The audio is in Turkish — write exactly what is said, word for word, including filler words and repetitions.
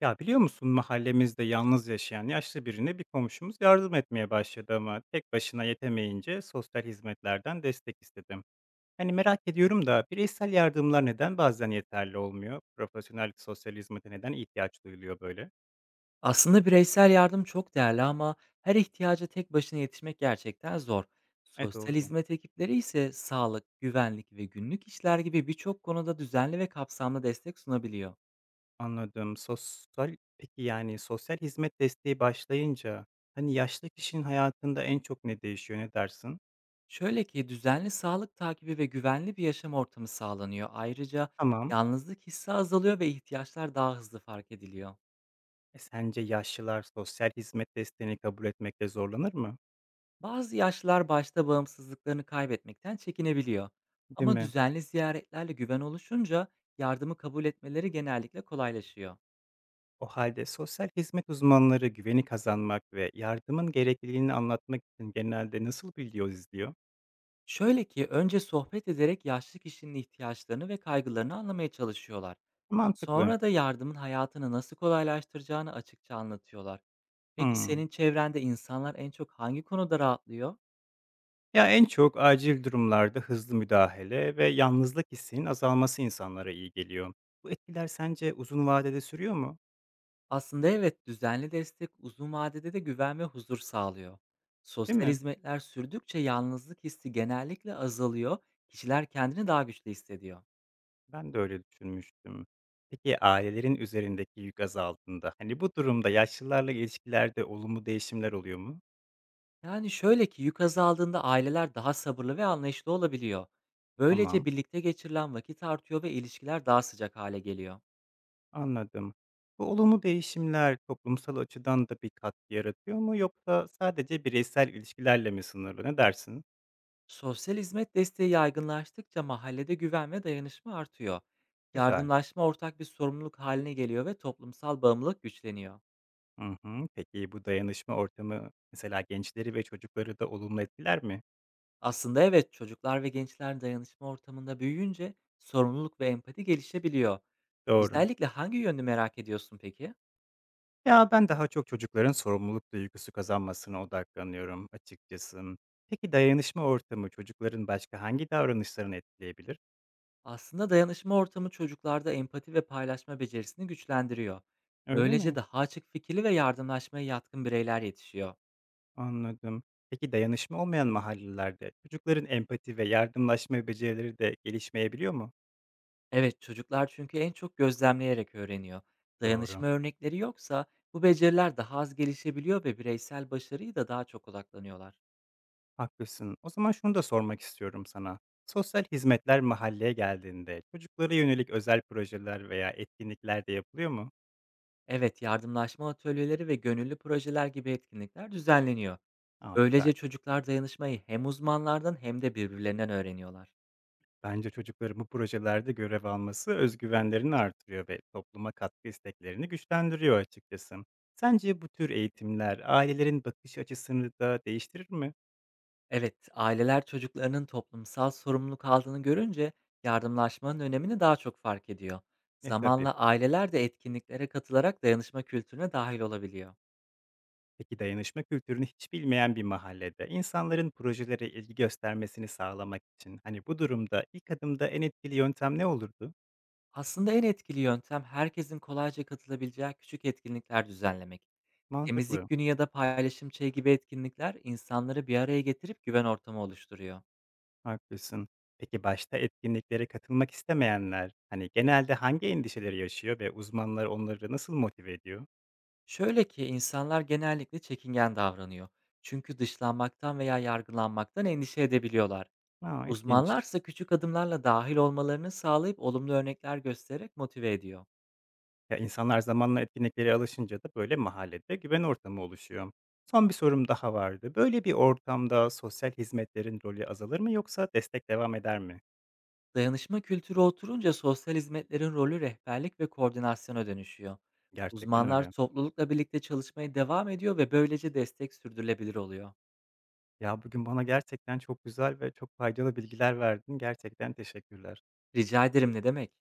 Ya biliyor musun mahallemizde yalnız yaşayan yaşlı birine bir komşumuz yardım etmeye başladı ama tek başına yetemeyince sosyal hizmetlerden destek istedim. Hani merak ediyorum da bireysel yardımlar neden bazen yeterli olmuyor? Profesyonel sosyal hizmete neden ihtiyaç duyuluyor böyle? Aslında bireysel yardım çok değerli ama her ihtiyaca tek başına yetişmek gerçekten zor. E Sosyal doğru. hizmet ekipleri ise sağlık, güvenlik ve günlük işler gibi birçok konuda düzenli ve kapsamlı destek sunabiliyor. Anladım. Sosyal peki yani sosyal hizmet desteği başlayınca hani yaşlı kişinin hayatında en çok ne değişiyor, ne dersin? Şöyle ki düzenli sağlık takibi ve güvenli bir yaşam ortamı sağlanıyor. Ayrıca Tamam. yalnızlık hissi azalıyor ve ihtiyaçlar daha hızlı fark ediliyor. E sence yaşlılar sosyal hizmet desteğini kabul etmekte zorlanır mı? Bazı yaşlılar başta bağımsızlıklarını kaybetmekten çekinebiliyor. Değil Ama mi? düzenli ziyaretlerle güven oluşunca yardımı kabul etmeleri genellikle kolaylaşıyor. O halde sosyal hizmet uzmanları güveni kazanmak ve yardımın gerekliliğini anlatmak için genelde nasıl video izliyor? Şöyle ki önce sohbet ederek yaşlı kişinin ihtiyaçlarını ve kaygılarını anlamaya çalışıyorlar. Mantıklı. Sonra da yardımın hayatını nasıl kolaylaştıracağını açıkça anlatıyorlar. Peki Hmm. senin çevrende insanlar en çok hangi konuda rahatlıyor? Ya en çok acil durumlarda hızlı müdahale ve yalnızlık hissinin azalması insanlara iyi geliyor. Bu etkiler sence uzun vadede sürüyor mu? Aslında evet, düzenli destek uzun vadede de güven ve huzur sağlıyor. Değil Sosyal mi? hizmetler sürdükçe yalnızlık hissi genellikle azalıyor, kişiler kendini daha güçlü hissediyor. Ben de öyle düşünmüştüm. Peki ailelerin üzerindeki yük azaldığında, hani bu durumda yaşlılarla ilişkilerde olumlu değişimler oluyor mu? Yani şöyle ki yük azaldığında aileler daha sabırlı ve anlayışlı olabiliyor. Böylece Tamam. birlikte geçirilen vakit artıyor ve ilişkiler daha sıcak hale geliyor. Anladım. Bu olumlu değişimler toplumsal açıdan da bir katkı yaratıyor mu yoksa sadece bireysel ilişkilerle mi sınırlı? Ne dersin? Sosyal hizmet desteği yaygınlaştıkça mahallede güven ve dayanışma artıyor. Güzel. Yardımlaşma ortak bir sorumluluk haline geliyor ve toplumsal bağımlılık güçleniyor. Hı hı. Peki bu dayanışma ortamı mesela gençleri ve çocukları da olumlu etkiler mi? Aslında evet çocuklar ve gençler dayanışma ortamında büyüyünce sorumluluk ve empati gelişebiliyor. Doğru. Özellikle hangi yönünü merak ediyorsun peki? Ya ben daha çok çocukların sorumluluk duygusu kazanmasına odaklanıyorum açıkçası. Peki dayanışma ortamı çocukların başka hangi davranışlarını etkileyebilir? Aslında dayanışma ortamı çocuklarda empati ve paylaşma becerisini güçlendiriyor. Öyle Böylece mi? daha açık fikirli ve yardımlaşmaya yatkın bireyler yetişiyor. Anladım. Peki dayanışma olmayan mahallelerde çocukların empati ve yardımlaşma becerileri de gelişmeyebiliyor mu? Evet, çocuklar çünkü en çok gözlemleyerek öğreniyor. Doğru. Dayanışma örnekleri yoksa bu beceriler daha az gelişebiliyor ve bireysel başarıyı da daha çok odaklanıyorlar. Haklısın. O zaman şunu da sormak istiyorum sana. Sosyal hizmetler mahalleye geldiğinde çocuklara yönelik özel projeler veya etkinlikler de yapılıyor mu? Evet, yardımlaşma atölyeleri ve gönüllü projeler gibi etkinlikler düzenleniyor. Aa, Böylece güzel. çocuklar dayanışmayı hem uzmanlardan hem de birbirlerinden öğreniyorlar. Bence çocukların bu projelerde görev alması özgüvenlerini artırıyor ve topluma katkı isteklerini güçlendiriyor açıkçası. Sence bu tür eğitimler ailelerin bakış açısını da değiştirir mi? Evet, aileler çocuklarının toplumsal sorumluluk aldığını görünce yardımlaşmanın önemini daha çok fark ediyor. E tabii. Zamanla aileler de etkinliklere katılarak dayanışma kültürüne dahil olabiliyor. Peki dayanışma kültürünü hiç bilmeyen bir mahallede insanların projelere ilgi göstermesini sağlamak için hani bu durumda ilk adımda en etkili yöntem ne olurdu? Aslında en etkili yöntem herkesin kolayca katılabileceği küçük etkinlikler düzenlemek. Mantıklı. Temizlik günü ya da paylaşım çayı gibi etkinlikler insanları bir araya getirip güven ortamı oluşturuyor. Haklısın. Peki başta etkinliklere katılmak istemeyenler hani genelde hangi endişeleri yaşıyor ve uzmanlar onları nasıl motive ediyor? Şöyle ki insanlar genellikle çekingen davranıyor. Çünkü dışlanmaktan veya yargılanmaktan endişe edebiliyorlar. Aa, ilginç. Uzmanlarsa küçük adımlarla dahil olmalarını sağlayıp olumlu örnekler göstererek motive ediyor. Ya insanlar zamanla etkinliklere alışınca da böyle mahallede güven ortamı oluşuyor. Son bir sorum daha vardı. Böyle bir ortamda sosyal hizmetlerin rolü azalır mı yoksa destek devam eder mi? Dayanışma kültürü oturunca sosyal hizmetlerin rolü rehberlik ve koordinasyona dönüşüyor. Gerçekten Uzmanlar öyle. toplulukla birlikte çalışmaya devam ediyor ve böylece destek sürdürülebilir oluyor. Ya, bugün bana gerçekten çok güzel ve çok faydalı bilgiler verdin. Gerçekten teşekkürler. Rica ederim, ne demek?